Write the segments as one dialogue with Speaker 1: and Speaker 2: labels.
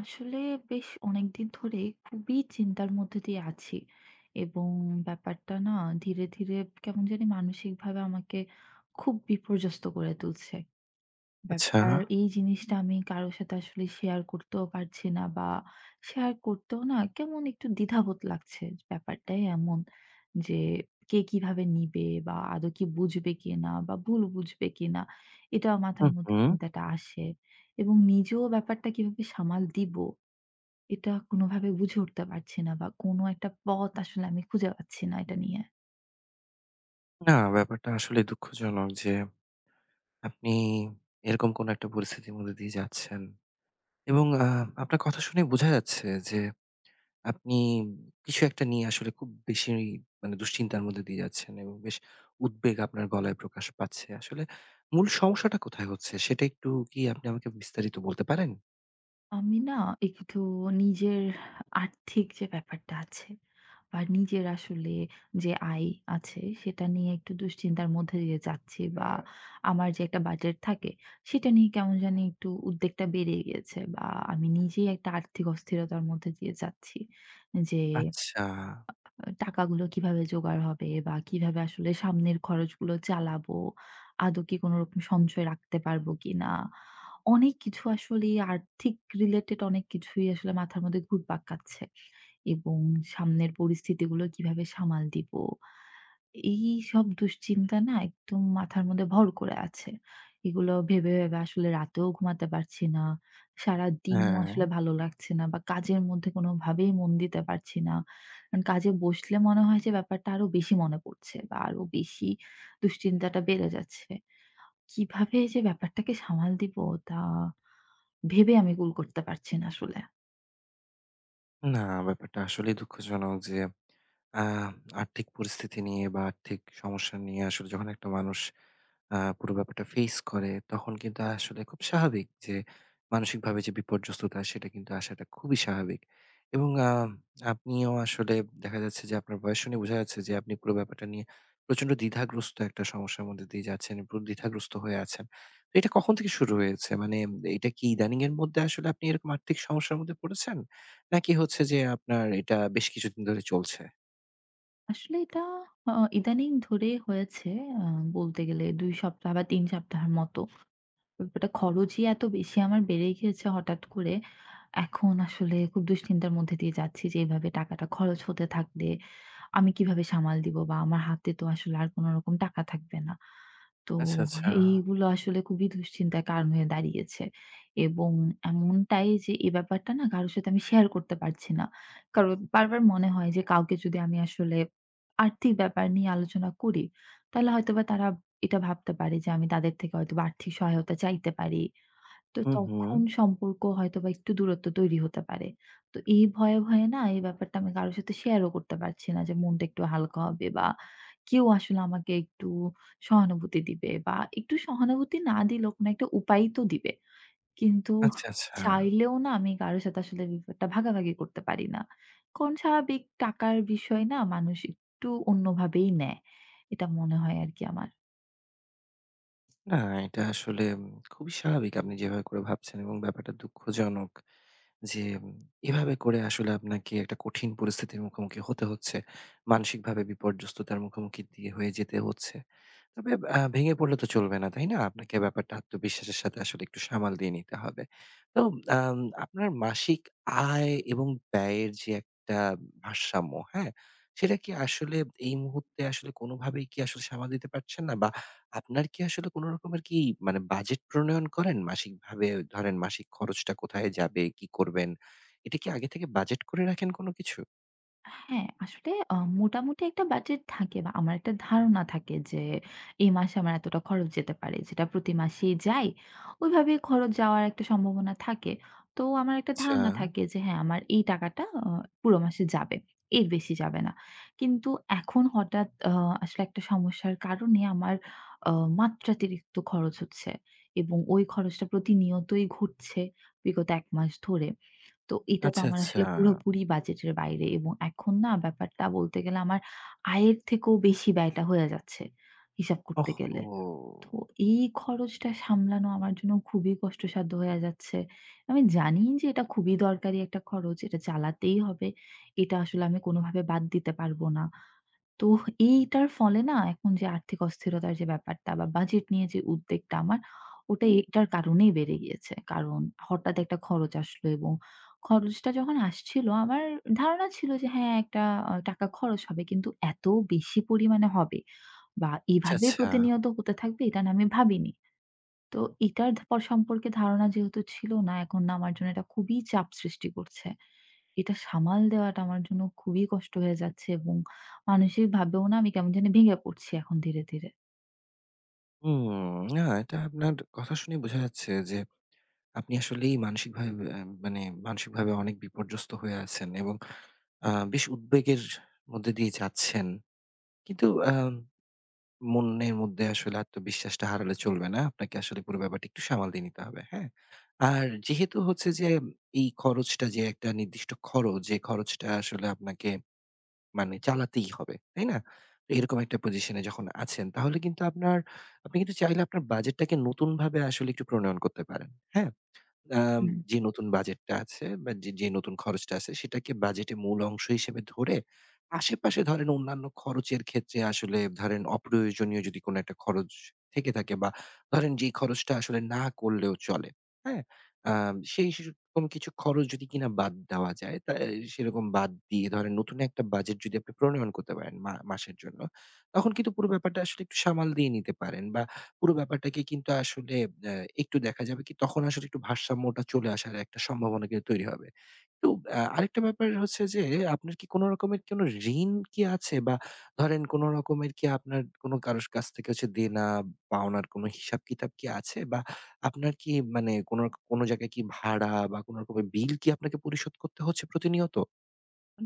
Speaker 1: আসলে বেশ অনেকদিন ধরেই খুবই চিন্তার মধ্যে দিয়ে আছি এবং ব্যাপারটা না ধীরে ধীরে কেমন জানি মানসিকভাবে আমাকে খুব বিপর্যস্ত করে তুলছে।
Speaker 2: আচ্ছা,
Speaker 1: আর এই জিনিসটা আমি কারো সাথে আসলে শেয়ার করতেও পারছি না বা শেয়ার করতেও না কেমন একটু দ্বিধাবোধ লাগছে। ব্যাপারটাই এমন যে কে কিভাবে নিবে বা আদৌ কি বুঝবে কিনা বা ভুল বুঝবে কিনা? এটা
Speaker 2: হু,
Speaker 1: মাথার মধ্যে
Speaker 2: হুম।
Speaker 1: চিন্তাটা আসে এবং নিজেও ব্যাপারটা কিভাবে সামাল দিব, এটা কোনোভাবে বুঝে উঠতে পারছি না বা কোনো একটা পথ আসলে আমি খুঁজে পাচ্ছি না এটা নিয়ে।
Speaker 2: না ব্যাপারটা আসলেই দুঃখজনক যে আপনি এরকম কোনো একটা পরিস্থিতির মধ্যে দিয়ে যাচ্ছেন। এবং আপনার কথা শুনে বোঝা যাচ্ছে যে আপনি কিছু একটা নিয়ে আসলে খুব বেশি মানে দুশ্চিন্তার মধ্যে দিয়ে যাচ্ছেন এবং বেশ উদ্বেগ আপনার গলায় প্রকাশ পাচ্ছে। আসলে মূল সমস্যাটা কোথায় হচ্ছে সেটা একটু কি আপনি আমাকে বিস্তারিত বলতে পারেন?
Speaker 1: আমি না একটু নিজের আর্থিক যে ব্যাপারটা আছে বা নিজের আসলে যে আয় আছে সেটা নিয়ে একটু দুশ্চিন্তার মধ্যে দিয়ে যাচ্ছি, বা হ্যাঁ। আমার যে একটা বাজেট থাকে, সেটা নিয়ে কেমন জানি একটু উদ্বেগটা বেড়ে গিয়েছে, বা আমি নিজেই একটা আর্থিক অস্থিরতার মধ্যে দিয়ে যাচ্ছি যে
Speaker 2: আচ্ছা,
Speaker 1: টাকাগুলো কিভাবে জোগাড় হবে বা কিভাবে আসলে সামনের খরচগুলো চালাবো? আদৌ কি কোনরকম সঞ্চয় রাখতে পারবো কিনা? অনেক কিছু আসলেই আর্থিক রিলেটেড অনেক কিছুই আসলে মাথার মধ্যে ঘুরপাক খাচ্ছে, এবং সামনের পরিস্থিতিগুলো কিভাবে সামাল দিব? এইসব দুশ্চিন্তা না একদম মাথার মধ্যে ভর করে আছে। এগুলো ভেবে, ভেবে আসলে রাতেও ঘুমাতে পারছি না। সারাদিনও
Speaker 2: হ্যাঁ।
Speaker 1: আসলে ভালো লাগছে না বা কাজের মধ্যে কোনোভাবেই মন দিতে পারছি না। কারণ কাজে বসলে মনে হয় যে ব্যাপারটা আরো বেশি মনে পড়ছে বা আরো বেশি দুশ্চিন্তাটা বেড়ে যাচ্ছে। কিভাবে যে ব্যাপারটাকে সামাল দিব, তা ভেবে আমি কুল করতে পারছি না আসলে।
Speaker 2: না, ব্যাপারটা আসলেই দুঃখজনক যে আ আর্থিক পরিস্থিতি নিয়ে বা আর্থিক সমস্যা নিয়ে আসলে যখন একটা মানুষ পুরো ব্যাপারটা ফেস করে তখন কিন্তু আসলে খুব স্বাভাবিক যে মানসিকভাবে যে বিপর্যস্ততা সেটা কিন্তু আসাটা খুবই স্বাভাবিক। এবং আপনিও আসলে দেখা যাচ্ছে যে আপনার বয়স শুনে বোঝা যাচ্ছে যে আপনি পুরো ব্যাপারটা নিয়ে প্রচন্ড দ্বিধাগ্রস্ত একটা সমস্যার মধ্যে দিয়ে যাচ্ছেন, পুরো দ্বিধাগ্রস্ত হয়ে আছেন। তো এটা কখন থেকে শুরু হয়েছে? মানে এটা কি ইদানিং এর মধ্যে আসলে আপনি এরকম আর্থিক সমস্যার মধ্যে পড়েছেন? নাকি হচ্ছে যে আপনার এটা বেশ কিছুদিন ধরে চলছে?
Speaker 1: আসলে এটা আ ইদানিং ধরে হয়েছে, আ বলতে গেলে ২ সপ্তাহ বা ৩ সপ্তাহের মতো। ব্যাপারটা খরচই এত বেশি আমার বেড়ে গিয়েছে হঠাৎ করে। এখন আসলে খুব দুশ্চিন্তার মধ্যে দিয়ে যাচ্ছি যে এভাবে টাকাটা খরচ হতে থাকলে আমি কিভাবে সামাল দিব? বা আমার হাতে তো আসলে আর কোন রকম টাকা থাকবে না। তো
Speaker 2: আচ্ছা, আচ্ছা।
Speaker 1: এইগুলো আসলে খুবই দুশ্চিন্তার কারণ হয়ে দাঁড়িয়েছে। এবং এমনটাই যে এই ব্যাপারটা না কারো সাথে আমি শেয়ার করতে পারছি না। কারণ বারবার মনে হয় যে কাউকে যদি আমি আসলে আর্থিক ব্যাপার নিয়ে আলোচনা করি, তাহলে হয়তোবা তারা এটা ভাবতে পারি যে আমি তাদের থেকে হয়তোবা আর্থিক সহায়তা চাইতে পারি। তো
Speaker 2: হুম, হুম।
Speaker 1: তখন সম্পর্ক হয়তোবা একটু দূরত্ব তৈরি হতে পারে। তো এই ভয়ে, ভয়ে না এই ব্যাপারটা আমি কারো সাথে শেয়ারও করতে পারছি না যে মনটা একটু হালকা হবে, বা কেউ আসলে আমাকে একটু সহানুভূতি দিবে বা একটু সহানুভূতি না দিলেও কোনো একটা উপায় তো দিবে। কিন্তু
Speaker 2: আচ্ছা, আচ্ছা।
Speaker 1: চাইলেও না আমি কারো সাথে আসলে ব্যাপারটা ভাগাভাগি করতে পারি না। কারণ স্বাভাবিক টাকার বিষয় না মানুষ একটু অন্যভাবেই নেয়। এটা মনে হয় আরকি আমার।
Speaker 2: না, এটা আসলে খুবই স্বাভাবিক আপনি যেভাবে করে ভাবছেন এবং ব্যাপারটা দুঃখজনক যে এভাবে করে আসলে আপনাকে একটা কঠিন পরিস্থিতির মুখোমুখি হতে হচ্ছে। মানসিকভাবে বিপর্যস্ততার মুখোমুখি দিয়ে হয়ে যেতে হচ্ছে। তবে ভেঙে পড়লে তো চলবে না, তাই না? আপনাকে ব্যাপারটা আত্মবিশ্বাসের সাথে আসলে একটু সামাল দিয়ে নিতে হবে। তো আম আপনার মাসিক আয় এবং ব্যয়ের যে একটা ভারসাম্য, হ্যাঁ? সেটা কি আসলে এই মুহূর্তে আসলে কোনোভাবেই কি আসলে সামাল দিতে পারছেন না? বা আপনার কি আসলে কোনো রকমের কি মানে বাজেট প্রণয়ন করেন মাসিকভাবে? ধরেন মাসিক খরচটা কোথায় যাবে, কি করবেন? এটা কি আগে থেকে বাজেট করে রাখেন কোনো কিছু?
Speaker 1: হ্যাঁ, আসলে মোটামুটি একটা বাজেট থাকে বা আমার একটা ধারণা থাকে যে এই মাসে আমার এতটা খরচ যেতে পারে। যেটা প্রতি মাসেই যায়, ওইভাবেই খরচ যাওয়ার একটা সম্ভাবনা থাকে। তো আমার একটা
Speaker 2: আচ্ছা,
Speaker 1: ধারণা থাকে যে হ্যাঁ, আমার এই টাকাটা পুরো মাসে যাবে। এর বেশি যাবে না। কিন্তু এখন হঠাৎ আসলে একটা সমস্যার কারণে আমার আ মাত্রাতিরিক্ত খরচ হচ্ছে এবং ওই খরচটা প্রতিনিয়তই ঘটছে বিগত ১ মাস ধরে। তো এটা তো
Speaker 2: আচ্ছা,
Speaker 1: আমার
Speaker 2: আচ্ছা।
Speaker 1: আসলে পুরোপুরি বাজেটের বাইরে, এবং এখন না ব্যাপারটা বলতে গেলে আমার আয়ের থেকেও বেশি ব্যয়টা হয়ে যাচ্ছে হিসাব করতে গেলে। তো
Speaker 2: ওহহো!
Speaker 1: এই খরচটা সামলানো আমার জন্য খুবই কষ্টসাধ্য হয়ে যাচ্ছে। আমি জানি যে এটা খুবই দরকারি একটা খরচ, এটা চালাতেই হবে। এটা আসলে আমি কোনোভাবে বাদ দিতে পারব না। তো এইটার ফলে না এখন যে আর্থিক অস্থিরতার যে ব্যাপারটা বা বাজেট নিয়ে যে উদ্বেগটা আমার, ওটা এটার কারণেই বেড়ে গিয়েছে। কারণ হঠাৎ একটা খরচ আসলো, এবং খরচটা যখন আসছিল আমার ধারণা ছিল যে হ্যাঁ, একটা টাকা খরচ হবে। কিন্তু এত বেশি পরিমাণে হবে বা
Speaker 2: আচ্ছা,
Speaker 1: এভাবে
Speaker 2: আচ্ছা।
Speaker 1: প্রতিনিয়ত হতে থাকবে, এটা না আমি ভাবিনি। তো এটার সম্পর্কে ধারণা যেহেতু ছিল না, এখন না আমার জন্য এটা খুবই চাপ সৃষ্টি করছে। এটা সামাল দেওয়াটা আমার জন্য খুবই কষ্ট হয়ে যাচ্ছে, এবং মানসিকভাবেও না আমি কেমন জানি ভেঙে পড়ছি এখন ধীরে, ধীরে।
Speaker 2: হুম, না এটা আপনার কথা শুনে বোঝা যাচ্ছে যে আপনি আসলেই মানসিকভাবে মানে মানসিকভাবে অনেক বিপর্যস্ত হয়ে আছেন এবং বেশ উদ্বেগের মধ্যে দিয়ে যাচ্ছেন। কিন্তু মনের মধ্যে আসলে আত্মবিশ্বাসটা হারালে চলবে না। আপনাকে আসলে পুরো ব্যাপারটা একটু সামাল দিয়ে নিতে হবে, হ্যাঁ? আর যেহেতু হচ্ছে যে এই খরচটা যে একটা নির্দিষ্ট খরচ, যে খরচটা আসলে আপনাকে মানে চালাতেই হবে, তাই না? তো এরকম একটা পজিশনে যখন আছেন তাহলে কিন্তু আপনার আপনি কিন্তু চাইলে আপনার বাজেটটাকে নতুনভাবে আসলে একটু প্রণয়ন করতে পারেন। হ্যাঁ? আম
Speaker 1: হুম।
Speaker 2: যে নতুন বাজেটটা আছে বা যে নতুন খরচটা আছে সেটাকে বাজেটে মূল অংশ হিসেবে ধরে আশেপাশে ধরেন অন্যান্য খরচের ক্ষেত্রে আসলে ধরেন অপ্রয়োজনীয় যদি কোনো একটা খরচ থেকে থাকে বা ধরেন যে খরচটা আসলে না করলেও চলে, হ্যাঁ? সেই সেরকম কিছু খরচ যদি কিনা বাদ দেওয়া যায় তা সেরকম বাদ দিয়ে ধরেন নতুন একটা বাজেট যদি আপনি প্রণয়ন করতে পারেন মাসের জন্য, তখন কিন্তু পুরো ব্যাপারটা আসলে একটু সামাল দিয়ে নিতে পারেন বা পুরো ব্যাপারটাকে কিন্তু আসলে আ একটু দেখা যাবে কি তখন আসলে একটু ভারসাম্যটা চলে আসার একটা সম্ভাবনা কিন্তু তৈরি হবে। তো আরেকটা ব্যাপার হচ্ছে যে আপনার কি কোন রকমের কোন ঋণ কি আছে? বা ধরেন কোন রকমের কি আপনার কোন কারো কাছ থেকে হচ্ছে দেনা পাওনার কোন হিসাব-কিতাব কি আছে? বা আপনার কি মানে কোন কোন জায়গায় কি ভাড়া বা কোন রকমের বিল কি আপনাকে পরিশোধ করতে হচ্ছে প্রতিনিয়ত?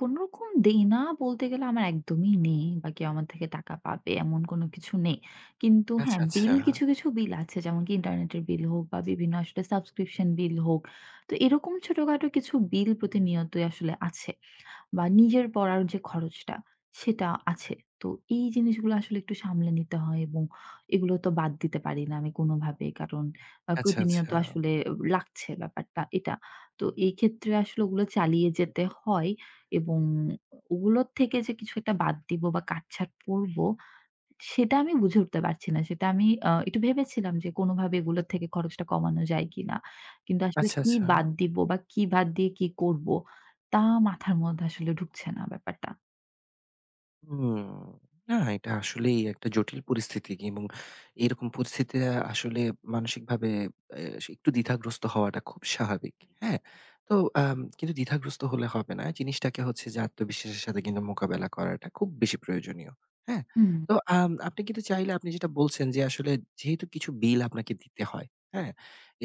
Speaker 1: কোনরকম দেনা বলতে গেলে আমার একদমই নেই, বা কেউ আমার থেকে টাকা পাবে এমন কোনো কিছু নেই। কিন্তু
Speaker 2: আচ্ছা,
Speaker 1: হ্যাঁ, বিল
Speaker 2: আচ্ছা।
Speaker 1: কিছু, কিছু বিল আছে, যেমন কি ইন্টারনেটের বিল হোক বা বিভিন্ন আসলে সাবস্ক্রিপশন বিল হোক। তো এরকম ছোটখাটো কিছু বিল প্রতিনিয়তই আসলে আছে। বা নিজের পড়ার যে খরচটা সেটা আছে। তো এই জিনিসগুলো আসলে একটু সামলে নিতে হয়, এবং এগুলো তো বাদ দিতে পারি না আমি কোনোভাবেই। কারণ আ
Speaker 2: আচ্ছা,
Speaker 1: প্রতিনিয়ত
Speaker 2: আচ্ছা।
Speaker 1: আসলে লাগছে ব্যাপারটা এটা। তো এই ক্ষেত্রে আসলে ওগুলো চালিয়ে যেতে হয়, এবং ওগুলোর থেকে যে কিছু একটা বাদ দিব বা কাটছাট করব, সেটা আমি বুঝে উঠতে পারছি না। সেটা আমি একটু ভেবেছিলাম যে কোনভাবে এগুলোর থেকে খরচটা কমানো যায় কিনা। কিন্তু আসলে
Speaker 2: আচ্ছা,
Speaker 1: কি
Speaker 2: আচ্ছা।
Speaker 1: বাদ দিব বা কি বাদ দিয়ে কি করব, তা মাথার মধ্যে আসলে ঢুকছে না ব্যাপারটা।
Speaker 2: হুম। না, এটা আসলেই একটা জটিল পরিস্থিতি এবং এরকম পরিস্থিতিতে আসলে মানসিকভাবে একটু দ্বিধাগ্রস্ত হওয়াটা খুব স্বাভাবিক। হ্যাঁ? তো কিন্তু দ্বিধাগ্রস্ত হলে হবে না। জিনিসটাকে হচ্ছে যে আত্মবিশ্বাসের সাথে কিন্তু মোকাবেলা করাটা খুব বেশি প্রয়োজনীয়। হ্যাঁ?
Speaker 1: হুম,
Speaker 2: তো আপনি কিন্তু চাইলে আপনি যেটা বলছেন যে আসলে যেহেতু কিছু বিল আপনাকে দিতে হয়, হ্যাঁ?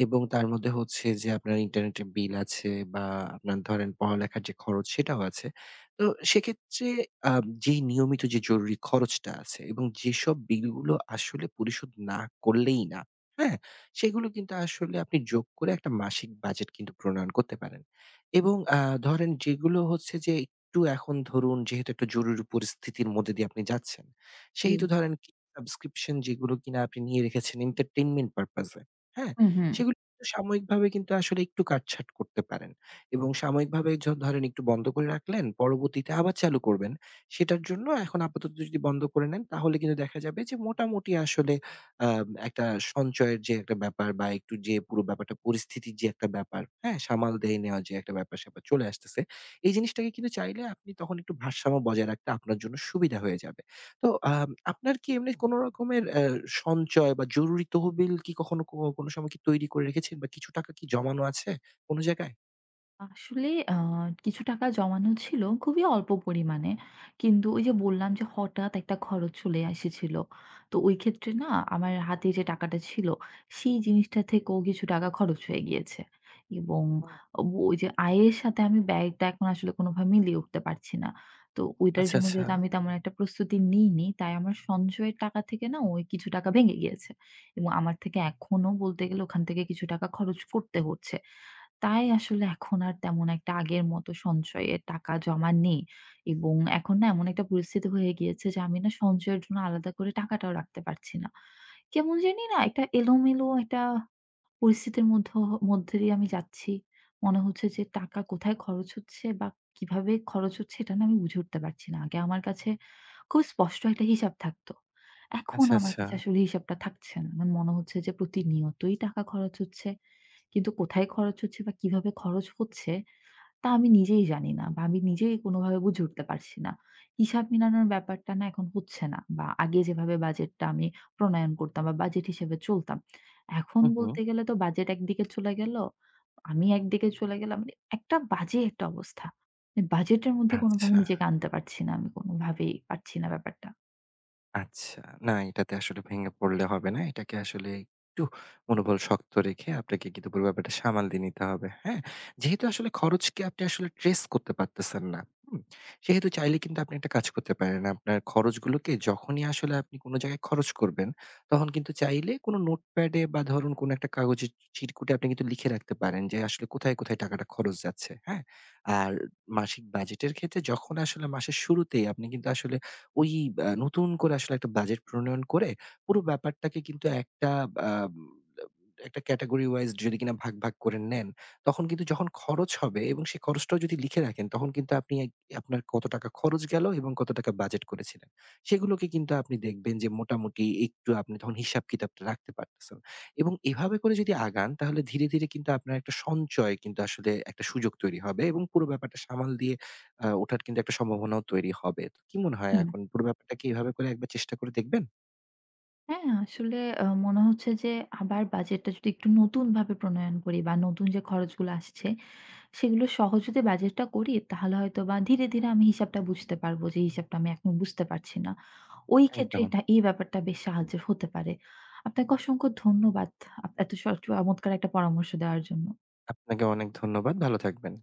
Speaker 2: এবং তার মধ্যে হচ্ছে যে আপনার ইন্টারনেটের বিল আছে বা আপনার ধরেন পড়ালেখার যে খরচ সেটাও আছে। তো সেক্ষেত্রে যেই নিয়মিত যে জরুরি খরচটা আছে এবং যেসব বিলগুলো আসলে পরিশোধ না করলেই না, হ্যাঁ? সেগুলো কিন্তু আসলে আপনি যোগ করে একটা মাসিক বাজেট কিন্তু প্রণয়ন করতে পারেন। এবং ধরেন যেগুলো হচ্ছে যে একটু এখন ধরুন যেহেতু একটা জরুরি পরিস্থিতির মধ্যে দিয়ে আপনি যাচ্ছেন,
Speaker 1: জি।
Speaker 2: সেহেতু ধরেন কি সাবস্ক্রিপশন যেগুলো কিনা আপনি নিয়ে রেখেছেন এন্টারটেইনমেন্ট পারপোজ এ, হ্যাঁ?
Speaker 1: হুম, হুম।
Speaker 2: সেগুলো কিন্তু সাময়িকভাবে কিন্তু আসলে একটু কাটছাঁট করতে পারেন। এবং সাময়িকভাবে ধরেন একটু বন্ধ করে রাখলেন, পরবর্তীতে আবার চালু করবেন। সেটার জন্য এখন আপাতত যদি বন্ধ করে নেন, তাহলে কিন্তু দেখা যাবে যে মোটামুটি আসলে আ একটা সঞ্চয়ের যে একটা ব্যাপার বা একটু যে পুরো ব্যাপারটা পরিস্থিতির যে একটা ব্যাপার, হ্যাঁ? সামাল দিয়ে নেওয়ার যে একটা ব্যাপার-স্যাপার চলে আসতেছে। এই জিনিসটাকে কিন্তু চাইলে আপনি তখন একটু ভারসাম্য বজায় রাখতে আপনার জন্য সুবিধা হয়ে যাবে। তো আপনার কি এমনি কোন রকমের সঞ্চয় বা জরুরি তহবিল কি কখনো কোন সময় কি তৈরি করে রেখেছেন বা কিছু টাকা কি জমানো আছে কোন জায়গায়?
Speaker 1: আসলে কিছু টাকা জমানো ছিল খুবই অল্প পরিমাণে। কিন্তু ওই যে বললাম যে হঠাৎ একটা খরচ চলে এসেছিল। তো ওই ক্ষেত্রে না আমার হাতে যে টাকাটা ছিল সেই জিনিসটা থেকেও কিছু টাকা খরচ হয়ে গিয়েছে। এবং ও ওই যে আয়ের সাথে আমি ব্যয়টা এখন আসলে কোনোভাবে মিলিয়ে উঠতে পারছি না। তো ওইটার
Speaker 2: আচ্ছা,
Speaker 1: জন্য
Speaker 2: আচ্ছা।
Speaker 1: যেহেতু আমি তেমন একটা প্রস্তুতি নিইনি, তাই আমার সঞ্চয়ের টাকা থেকে না ওই কিছু টাকা ভেঙে গিয়েছে। এবং আমার থেকে এখনো বলতে গেলে ওখান থেকে কিছু টাকা খরচ করতে হচ্ছে। তাই আসলে এখন আর তেমন একটা আগের মতো সঞ্চয়ে টাকা জমা নেই, এবং এখন না এমন একটা পরিস্থিতি হয়ে গিয়েছে যে আমি না সঞ্চয়ের জন্য আলাদা করে টাকাটাও রাখতে পারছি না। কেমন জানি না একটা এলোমেলো একটা পরিস্থিতির মধ্যে দিয়ে আমি যাচ্ছি। মনে হচ্ছে যে টাকা কোথায় খরচ হচ্ছে বা কিভাবে খরচ হচ্ছে, এটা না আমি বুঝে উঠতে পারছি না। আগে আমার কাছে খুব স্পষ্ট একটা হিসাব থাকতো। এখন
Speaker 2: আচ্ছা,
Speaker 1: আমার
Speaker 2: আচ্ছা।
Speaker 1: কাছে আসলে হিসাবটা থাকছে না। আমার মনে হচ্ছে যে প্রতিনিয়তই টাকা খরচ হচ্ছে। কিন্তু কোথায় খরচ হচ্ছে বা কিভাবে খরচ হচ্ছে, তা আমি নিজেই জানি না বা আমি নিজেই কোনোভাবে বুঝে উঠতে পারছি না। হিসাব মিলানোর ব্যাপারটা না এখন হচ্ছে না, বা আগে যেভাবে বাজেটটা আমি প্রণয়ন করতাম বা বাজেট হিসেবে চলতাম। এখন
Speaker 2: হু, হু।
Speaker 1: বলতে গেলে তো বাজেট একদিকে চলে গেল, আমি একদিকে চলে গেলাম। মানে একটা বাজে একটা অবস্থা। মানে বাজেটের মধ্যে কোনোভাবে
Speaker 2: আচ্ছা।
Speaker 1: নিজেকে আনতে পারছি না, আমি কোনোভাবেই পারছি না ব্যাপারটা।
Speaker 2: আচ্ছা। না এটাতে আসলে ভেঙে পড়লে হবে না। এটাকে আসলে একটু মনোবল শক্ত রেখে আপনাকে কিন্তু পুরো ব্যাপারটা সামাল দিয়ে নিতে হবে। হ্যাঁ? যেহেতু আসলে খরচকে আপনি আসলে ট্রেস করতে পারতেছেন না। হুম? সেহেতু চাইলে কিন্তু আপনি একটা কাজ করতে পারেন। আপনার খরচগুলোকে যখনই আসলে আপনি কোন জায়গায় খরচ করবেন, তখন কিন্তু চাইলে কোন নোটপ্যাডে বা ধরুন কোন একটা কাগজে চিরকুটে আপনি কিন্তু লিখে রাখতে পারেন যে আসলে কোথায়, কোথায় টাকাটা খরচ যাচ্ছে। হ্যাঁ? আর মাসিক বাজেটের ক্ষেত্রে যখন আসলে মাসের শুরুতেই আপনি কিন্তু আসলে ওই নতুন করে আসলে একটা বাজেট প্রণয়ন করে পুরো ব্যাপারটাকে কিন্তু একটা আ একটা ক্যাটেগরি ওয়াইজ যদি কিনা ভাগ, ভাগ করে নেন, তখন কিন্তু যখন খরচ হবে এবং সেই খরচটাও যদি লিখে রাখেন, তখন কিন্তু আপনি আপনার কত টাকা খরচ গেল এবং কত টাকা বাজেট করেছিলেন। সেগুলোকে কিন্তু আপনি দেখবেন যে মোটামুটি একটু আপনি তখন হিসাব-কিতাবটা রাখতে পারতেছেন। এবং এভাবে করে যদি আগান, তাহলে ধীরে, ধীরে কিন্তু আপনার একটা সঞ্চয় কিন্তু আসলে একটা সুযোগ তৈরি হবে এবং পুরো ব্যাপারটা সামাল দিয়ে ওঠার কিন্তু একটা সম্ভাবনাও তৈরি হবে। তো কি মনে হয়
Speaker 1: হুম।
Speaker 2: এখন পুরো ব্যাপারটা কি এভাবে করে একবার চেষ্টা করে দেখবেন?
Speaker 1: হ্যাঁ, আসলে মনে হচ্ছে যে আবার বাজেটটা যদি একটু নতুনভাবে প্রণয়ন করি বা নতুন যে খরচগুলো আসছে সেগুলো সহজ যদি বাজেটটা করি, তাহলে হয়তো বা ধীরে, ধীরে আমি হিসাবটা বুঝতে পারবো, যে হিসাবটা আমি এখন বুঝতে পারছি না। ওই ক্ষেত্রে
Speaker 2: একদম।
Speaker 1: এটা এই ব্যাপারটা বেশ সাহায্যের হতে পারে। আপনাকে অসংখ্য ধন্যবাদ। এত চমৎকার একটা পরামর্শ দেওয়ার জন্য।
Speaker 2: আপনাকে অনেক ধন্যবাদ। ভালো থাকবেন।